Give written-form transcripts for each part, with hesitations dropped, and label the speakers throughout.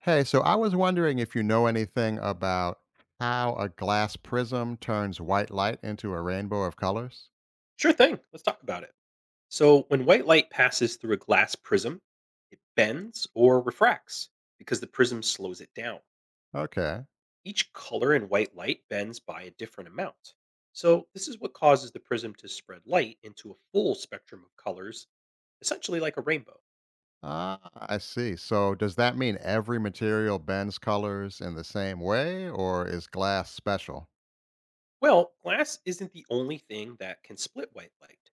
Speaker 1: Hey, so I was wondering if you know anything about how a glass prism turns white light into a rainbow of colors?
Speaker 2: Sure thing. Let's talk about it. So, when white light passes through a glass prism, it bends or refracts because the prism slows it down.
Speaker 1: Okay.
Speaker 2: Each color in white light bends by a different amount. So, this is what causes the prism to spread light into a full spectrum of colors, essentially like a rainbow.
Speaker 1: Ah, I see. So does that mean every material bends colors in the same way, or is glass special?
Speaker 2: Well, glass isn't the only thing that can split white light.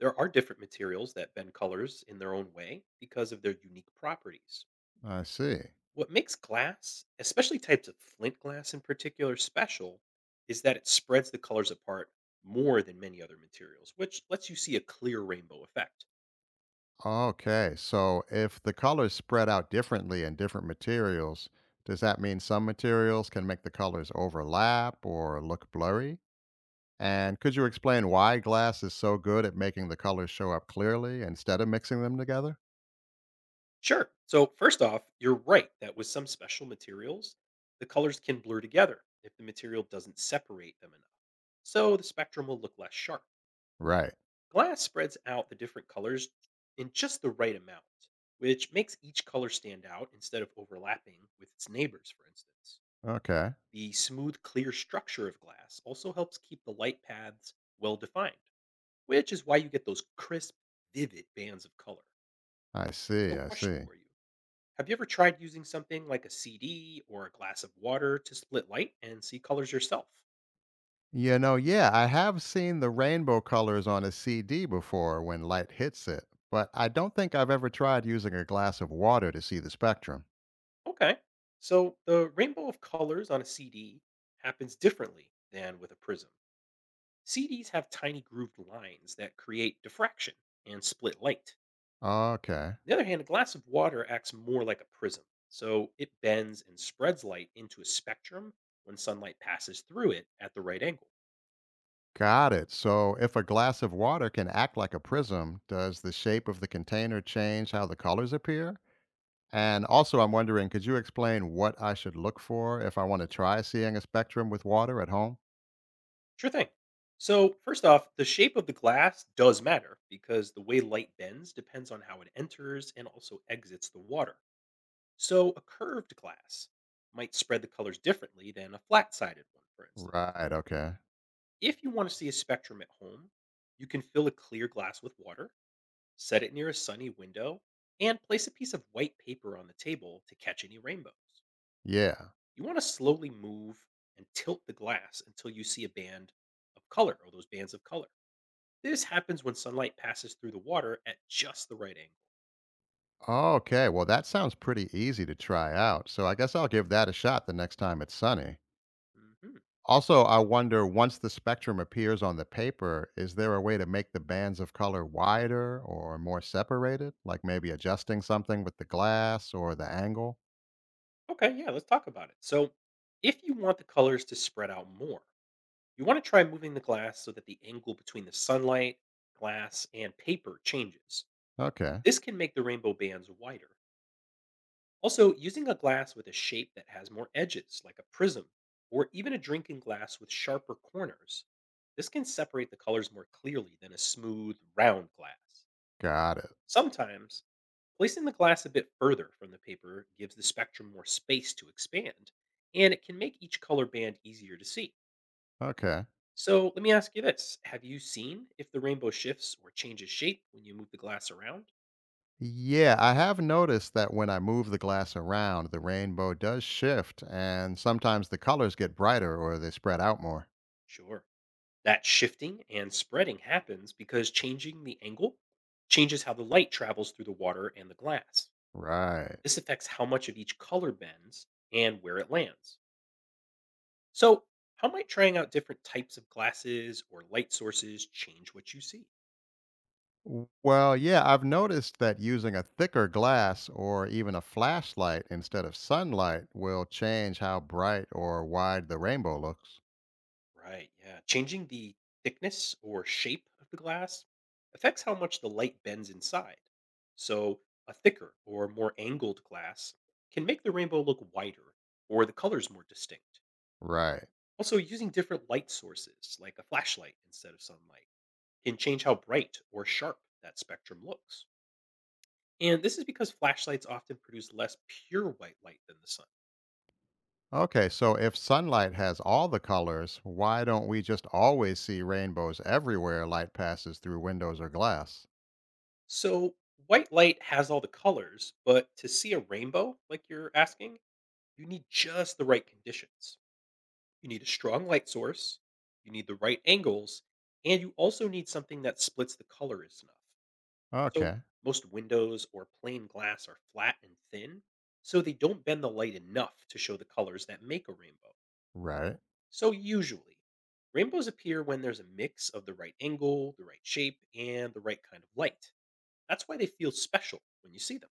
Speaker 2: There are different materials that bend colors in their own way because of their unique properties.
Speaker 1: I see.
Speaker 2: What makes glass, especially types of flint glass in particular, special is that it spreads the colors apart more than many other materials, which lets you see a clear rainbow effect.
Speaker 1: Okay. So if the colors spread out differently in different materials, does that mean some materials can make the colors overlap or look blurry? And could you explain why glass is so good at making the colors show up clearly instead of mixing them together?
Speaker 2: Sure. So, first off, you're right that with some special materials, the colors can blur together if the material doesn't separate them enough. So, the spectrum will look less sharp.
Speaker 1: Right.
Speaker 2: Glass spreads out the different colors in just the right amount, which makes each color stand out instead of overlapping with its neighbors, for instance.
Speaker 1: Okay.
Speaker 2: The smooth, clear structure of glass also helps keep the light paths well defined, which is why you get those crisp, vivid bands of color.
Speaker 1: I see.
Speaker 2: So,
Speaker 1: I
Speaker 2: question
Speaker 1: see.
Speaker 2: for you: have you ever tried using something like a CD or a glass of water to split light and see colors yourself?
Speaker 1: You know, yeah, I have seen the rainbow colors on a CD before when light hits it, but I don't think I've ever tried using a glass of water to see the spectrum.
Speaker 2: Okay. So, the rainbow of colors on a CD happens differently than with a prism. CDs have tiny grooved lines that create diffraction and split light.
Speaker 1: Okay.
Speaker 2: The other hand, a glass of water acts more like a prism, so it bends and spreads light into a spectrum when sunlight passes through it at the right angle.
Speaker 1: Got it. So if a glass of water can act like a prism, does the shape of the container change how the colors appear?
Speaker 2: Mm,
Speaker 1: And also, I'm wondering, could you explain what I should look for if I want to try seeing a spectrum with water at home?
Speaker 2: sure thing. So, first off, the shape of the glass does matter because the way light bends depends on how it enters and also exits the water. So, a curved glass might spread the colors differently than a flat sided one, for instance.
Speaker 1: Right. Okay.
Speaker 2: If you want to see a spectrum at home, you can fill a clear glass with water, set it near a sunny window, and place a piece of white paper on the table to catch any rainbows.
Speaker 1: Yeah.
Speaker 2: You want to slowly move and tilt the glass until you see a band of color or those bands of color. This happens when sunlight passes through the water at just the right angle.
Speaker 1: Okay. Well, that sounds pretty easy to try out. So I guess I'll give that a shot the next time it's sunny.
Speaker 2: Mhm.
Speaker 1: Also, I wonder once the spectrum appears on the paper, is there a way to make the bands of color wider or more separated? Like maybe adjusting something with the glass or the angle?
Speaker 2: Okay, yeah, let's talk about it. So, if you want the colors to spread out more, you want to try moving the glass so that the angle between the sunlight, glass, and paper changes.
Speaker 1: Okay.
Speaker 2: This can make the rainbow bands wider. Also, using a glass with a shape that has more edges, like a prism, or even a drinking glass with sharper corners, this can separate the colors more clearly than a smooth, round glass.
Speaker 1: Got it.
Speaker 2: Sometimes, placing the glass a bit further from the paper gives the spectrum more space to expand, and it can make each color band easier to see.
Speaker 1: Okay.
Speaker 2: So, let me ask you this: have you seen if the rainbow shifts or changes shape when you move the glass around?
Speaker 1: Yeah, I have noticed that when I move the glass around, the rainbow does shift, and sometimes the colors get brighter or they spread out more.
Speaker 2: Sure. That shifting and spreading happens because changing the angle changes how the light travels through the water and the glass.
Speaker 1: Right.
Speaker 2: This affects how much of each color bends and where it lands. So, how might trying out different types of glasses or light sources change what you see?
Speaker 1: Well, yeah, I've noticed that using a thicker glass or even a flashlight instead of sunlight will change how bright or wide the rainbow looks.
Speaker 2: Right, yeah. Changing the thickness or shape of the glass affects how much the light bends inside. So, a thicker or more angled glass can make the rainbow look wider or the colors more distinct.
Speaker 1: Right.
Speaker 2: Also, using different light sources, like a flashlight instead of sunlight, can change how bright or sharp that spectrum looks. And this is because flashlights often produce less pure white light than the sun.
Speaker 1: Okay, so if sunlight has all the colors, why don't we just always see rainbows everywhere light passes through windows or glass?
Speaker 2: So, white light has all the colors, but to see a rainbow, like you're asking, you need just the right conditions. You need a strong light source, you need the right angles, and you also need something that splits the colors enough. So,
Speaker 1: Okay,
Speaker 2: most windows or plain glass are flat and thin, so they don't bend the light enough to show the colors that make a rainbow.
Speaker 1: right.
Speaker 2: So, usually, rainbows appear when there's a mix of the right angle, the right shape, and the right kind of light. That's why they feel special when you see them.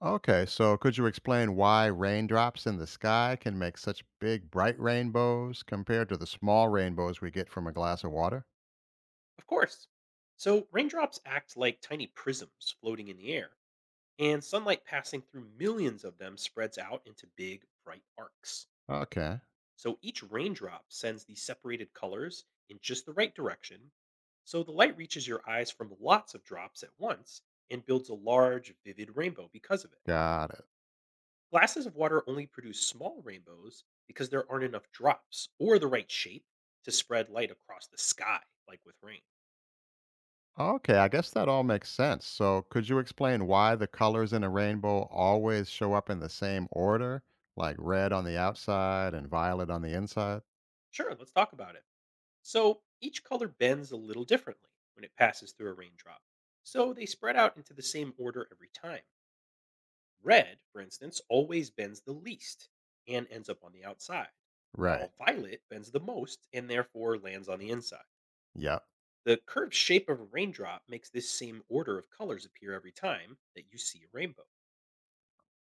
Speaker 1: Okay, so could you explain why raindrops in the sky can make such big, bright rainbows compared to the small rainbows we get from a glass of water?
Speaker 2: Of course. So, raindrops act like tiny prisms floating in the air, and sunlight passing through millions of them spreads out into big, bright arcs.
Speaker 1: Okay,
Speaker 2: So each raindrop sends the separated colors in just the right direction, so the light reaches your eyes from lots of drops at once and builds a large, vivid rainbow because of it.
Speaker 1: got it.
Speaker 2: Glasses of water only produce small rainbows because there aren't enough drops or the right shape to spread light across the sky, like with rain.
Speaker 1: Okay, I guess that all makes sense. So could you explain why the colors in a rainbow always show up in the same order, like red on the outside and violet on the inside?
Speaker 2: Sure, let's talk about it. So each color bends a little differently when it passes through a raindrop, so they spread out into the same order every time. Red, for instance, always bends the least and ends up on the outside,
Speaker 1: Right,
Speaker 2: while violet bends the most and therefore lands on the inside.
Speaker 1: yep.
Speaker 2: The curved shape of a raindrop makes this same order of colors appear every time that you see a rainbow.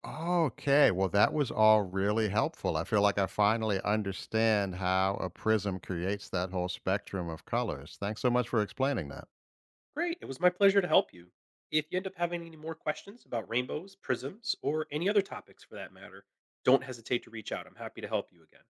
Speaker 1: Okay, well, that was all really helpful. I feel like I finally understand how a prism creates that whole spectrum of colors. Thanks so much for explaining that.
Speaker 2: Great, it was my pleasure to help you. If you end up having any more questions about rainbows, prisms, or any other topics for that matter, don't hesitate to reach out. I'm happy to help you again.